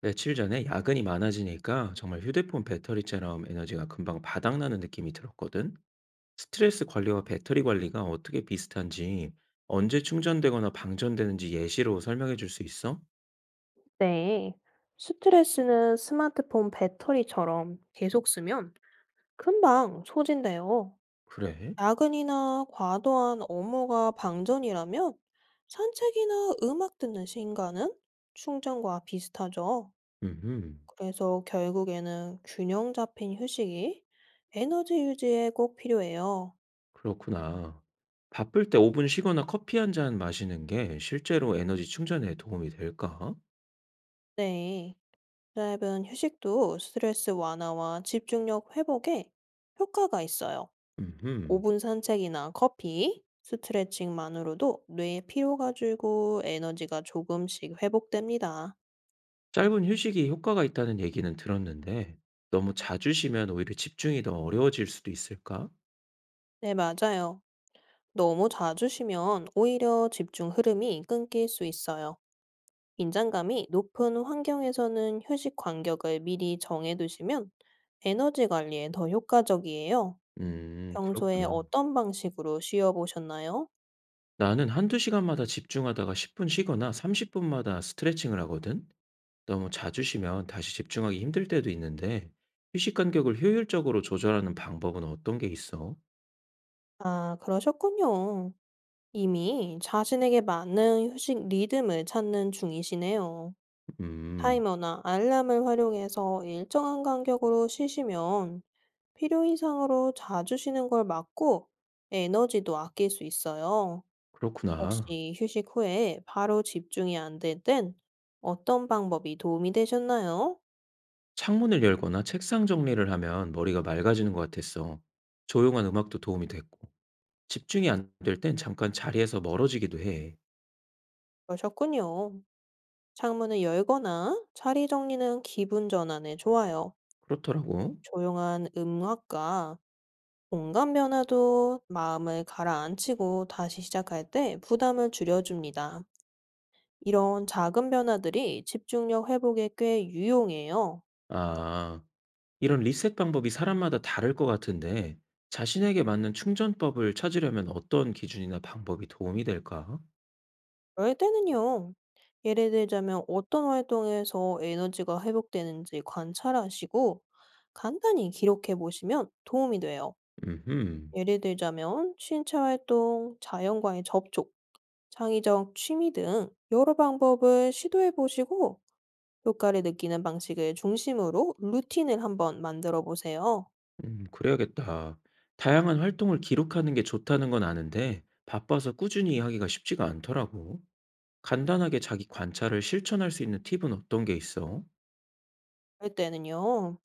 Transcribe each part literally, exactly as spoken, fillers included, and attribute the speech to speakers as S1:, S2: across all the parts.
S1: 며칠 전에 야근이 많아지니까 정말 휴대폰 배터리처럼 에너지가 금방 바닥나는 느낌이 들었거든. 스트레스 관리와 배터리 관리가 어떻게 비슷한지, 언제 충전되거나 방전되는지 예시로 설명해 줄 수 있어?
S2: 네. 스트레스는 스마트폰 배터리처럼 계속 쓰면 금방 소진돼요.
S1: 그래?
S2: 야근이나 과도한 업무가 방전이라면 산책이나 음악 듣는 시간은 충전과 비슷하죠.
S1: 음,
S2: 그래서 결국에는 균형 잡힌 휴식이 에너지 유지에 꼭 필요해요.
S1: 그렇구나. 바쁠 때 오 분 쉬거나 커피 한 잔 마시는 게 실제로 에너지 충전에 도움이 될까?
S2: 네. 짧은 휴식도 스트레스 완화와 집중력 회복에 효과가 있어요.
S1: 음,
S2: 오 분 산책이나 커피, 스트레칭만으로도 뇌의 피로가 줄고 에너지가 조금씩 회복됩니다.
S1: 짧은 휴식이 효과가 있다는 얘기는 들었는데, 너무 자주 쉬면 오히려 집중이 더 어려워질 수도 있을까?
S2: 네, 맞아요. 너무 자주 쉬면 오히려 집중 흐름이 끊길 수 있어요. 긴장감이 높은 환경에서는 휴식 간격을 미리 정해두시면 에너지 관리에 더 효과적이에요.
S1: 음
S2: 평소에
S1: 그렇구나.
S2: 어떤 방식으로 쉬어보셨나요?
S1: 나는 한두 시간마다 집중하다가 십 분 쉬거나 삼십 분마다 스트레칭을 하거든. 너무 자주 쉬면 다시 집중하기 힘들 때도 있는데 휴식 간격을 효율적으로 조절하는 방법은 어떤 게 있어?
S2: 아, 그러셨군요. 이미 자신에게 맞는 휴식 리듬을 찾는 중이시네요.
S1: 음
S2: 타이머나 알람을 활용해서 일정한 간격으로 쉬시면 필요 이상으로 자주 쉬는 걸 막고 에너지도 아낄 수 있어요.
S1: 그렇구나.
S2: 혹시 휴식 후에 바로 집중이 안 될 땐 어떤 방법이 도움이 되셨나요?
S1: 창문을 열거나 책상 정리를 하면 머리가 맑아지는 것 같았어. 조용한 음악도 도움이 됐고 집중이 안 될 땐 잠깐 자리에서 멀어지기도 해.
S2: 그러셨군요. 창문을 열거나 자리 정리는 기분 전환에 좋아요.
S1: 그렇더라고.
S2: 조용한 음악과 공간 변화도 마음을 가라앉히고 다시 시작할 때 부담을 줄여줍니다. 이런 작은 변화들이 집중력 회복에 꽤 유용해요.
S1: 아. 이런 리셋 방법이 사람마다 다를 것 같은데, 자신에게 맞는 충전법을 찾으려면 어떤 기준이나 방법이 도움이 될까?
S2: 그럴 때는요. 예를 들자면 어떤 활동에서 에너지가 회복되는지 관찰하시고 간단히 기록해 보시면 도움이 돼요.
S1: 음흠.
S2: 예를 들자면 신체 활동, 자연과의 접촉, 창의적 취미 등 여러 방법을 시도해 보시고 효과를 느끼는 방식을 중심으로 루틴을 한번 만들어 보세요.
S1: 음, 그래야겠다. 다양한 활동을 기록하는 게 좋다는 건 아는데, 바빠서 꾸준히 하기가 쉽지가 않더라고. 간단하게 자기 관찰을 실천할 수 있는 팁은 어떤 게 있어?
S2: 할 때는요,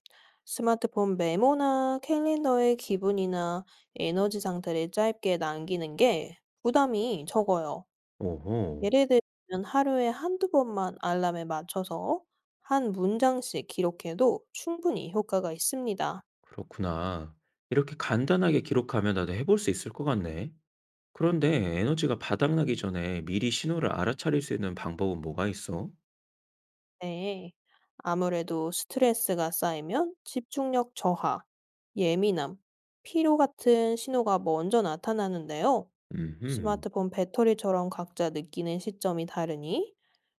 S2: 스마트폰 메모나 캘린더에 기분이나 에너지 상태를 짧게 남기는 게 부담이 적어요.
S1: 오호.
S2: 예를 들면 하루에 한두 번만 알람에 맞춰서 한 문장씩 기록해도 충분히 효과가 있습니다.
S1: 그렇구나. 이렇게 간단하게 기록하면 나도 해볼 수 있을 것 같네. 그런데 에너지가 바닥나기 전에 미리 신호를 알아차릴 수 있는 방법은 뭐가 있어?
S2: 네. 아무래도 스트레스가 쌓이면 집중력 저하, 예민함, 피로 같은 신호가 먼저 나타나는데요.
S1: 음흠.
S2: 스마트폰 배터리처럼 각자 느끼는 시점이 다르니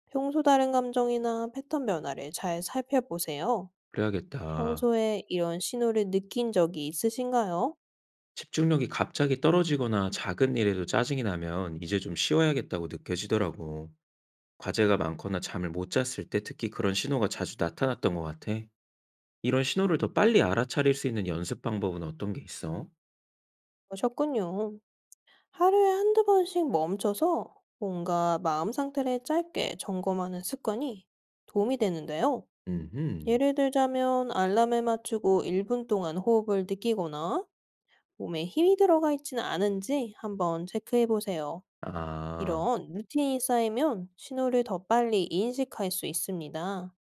S2: 평소 다른 감정이나 패턴 변화를 잘 살펴보세요.
S1: 그래야겠다.
S2: 평소에 이런 신호를 느낀 적이 있으신가요?
S1: 집중력이 갑자기 떨어지거나 작은 일에도 짜증이 나면 이제 좀 쉬어야겠다고 느껴지더라고. 과제가 많거나 잠을 못 잤을 때 특히 그런 신호가 자주 나타났던 것 같아. 이런 신호를 더 빨리 알아차릴 수 있는 연습 방법은 어떤 게 있어?
S2: 그러셨군요. 하루에 한두 번씩 멈춰서 뭔가 마음 상태를 짧게 점검하는 습관이 도움이 되는데요.
S1: 음흠.
S2: 예를 들자면 알람을 맞추고 일 분 동안 호흡을 느끼거나 몸에 힘이 들어가 있지는 않은지 한번 체크해 보세요.
S1: 아,
S2: 이런 루틴이 쌓이면 신호를 더 빨리 인식할 수 있습니다.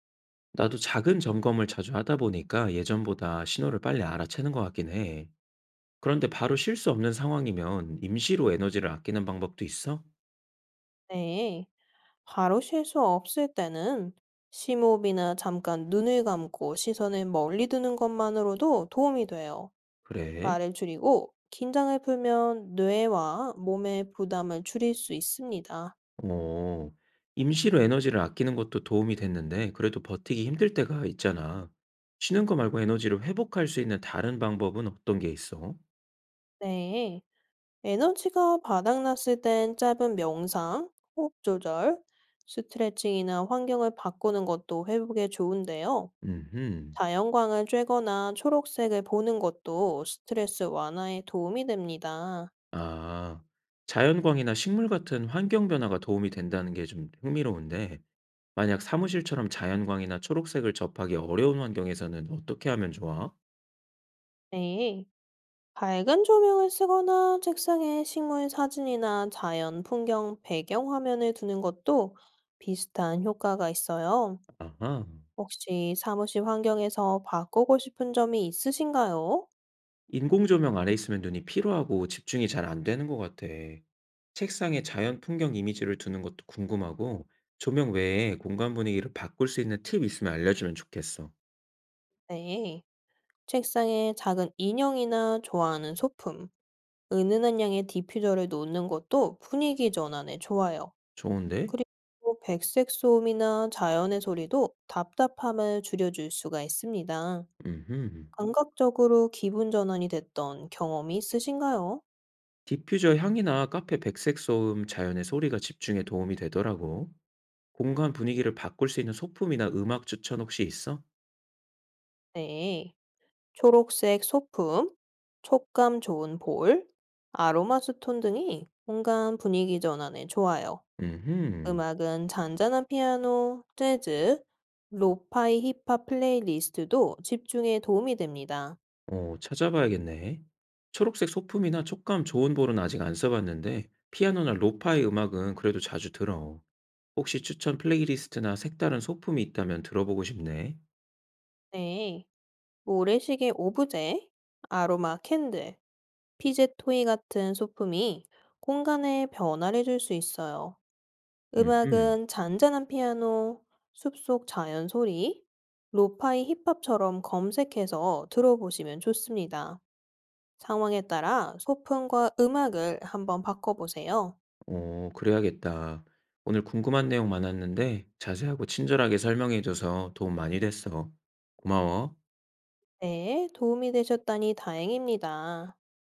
S1: 나도 작은 점검을 자주 하다 보니까 예전보다 신호를 빨리 알아채는 것 같긴 해. 그런데 바로 쉴 수 없는 상황이면 임시로 에너지를 아끼는 방법도 있어?
S2: 네. 바로 쉴 수 없을 때는 심호흡이나 잠깐 눈을 감고 시선을 멀리 두는 것만으로도 도움이 돼요.
S1: 그래.
S2: 말을 줄이고 긴장을 풀면 뇌와 몸의 부담을 줄일 수 있습니다.
S1: 어, 임시로 에너지를 아끼는 것도 도움이 됐는데, 그래도 버티기 힘들 때가 있잖아. 쉬는 거 말고 에너지를 회복할 수 있는 다른 방법은 어떤 게 있어?
S2: 네. 에너지가 바닥났을 땐 짧은 명상, 호흡 조절, 스트레칭이나 환경을 바꾸는 것도 회복에 좋은데요.
S1: 음,
S2: 자연광을 쬐거나 초록색을 보는 것도 스트레스 완화에 도움이 됩니다.
S1: 아, 자연광이나 식물 같은 환경 변화가 도움이 된다는 게 좀 흥미로운데, 만약 사무실처럼 자연광이나 초록색을 접하기 어려운 환경에서는 어떻게 하면 좋아?
S2: 네. 밝은 조명을 쓰거나 책상에 식물 사진이나 자연 풍경 배경 화면을 두는 것도 비슷한 효과가 있어요.
S1: 아하.
S2: 혹시 사무실 환경에서 바꾸고 싶은 점이 있으신가요?
S1: 인공조명 아래 있으면 눈이 피로하고 집중이 잘 안 되는 것 같아. 책상에 자연 풍경 이미지를 두는 것도 궁금하고, 조명 외에 공간 분위기를 바꿀 수 있는 팁 있으면 알려주면 좋겠어.
S2: 네. 책상에 작은 인형이나 좋아하는 소품, 은은한 양의 디퓨저를 놓는 것도 분위기 전환에 좋아요.
S1: 좋은데?
S2: 그리고 백색 소음이나 자연의 소리도 답답함을 줄여줄 수가 있습니다.
S1: 음흠.
S2: 감각적으로 기분 전환이 됐던 경험이 있으신가요?
S1: 디퓨저 향이나 카페 백색 소음, 자연의 소리가 집중에 도움이 되더라고. 공간 분위기를 바꿀 수 있는 소품이나 음악 추천 혹시 있어?
S2: 네. 초록색 소품, 촉감 좋은 볼, 아로마 스톤 등이 공간 분위기 전환에 좋아요.
S1: 음흠.
S2: 음악은 잔잔한 피아노, 재즈, 로파이 힙합 플레이리스트도 집중에 도움이 됩니다.
S1: 어, 찾아봐야겠네. 초록색 소품이나 촉감 좋은 볼은 아직 안 써봤는데, 피아노나 로파의 음악은 그래도 자주 들어. 혹시 추천 플레이리스트나 색다른 소품이 있다면 들어보고 싶네.
S2: 네. 모래시계 오브제, 아로마 캔들, 피젯 토이 같은 소품이 공간에 변화를 줄 수 있어요.
S1: 음,
S2: 음악은 잔잔한 피아노, 숲속 자연 소리, 로파이 힙합처럼 검색해서 들어보시면 좋습니다. 상황에 따라 소품과 음악을 한번 바꿔보세요.
S1: 어, 그래야겠다. 오늘 궁금한 내용 많았는데, 자세하고 친절하게 설명해줘서 도움 많이 됐어. 고마워.
S2: 네, 도움이 되셨다니 다행입니다.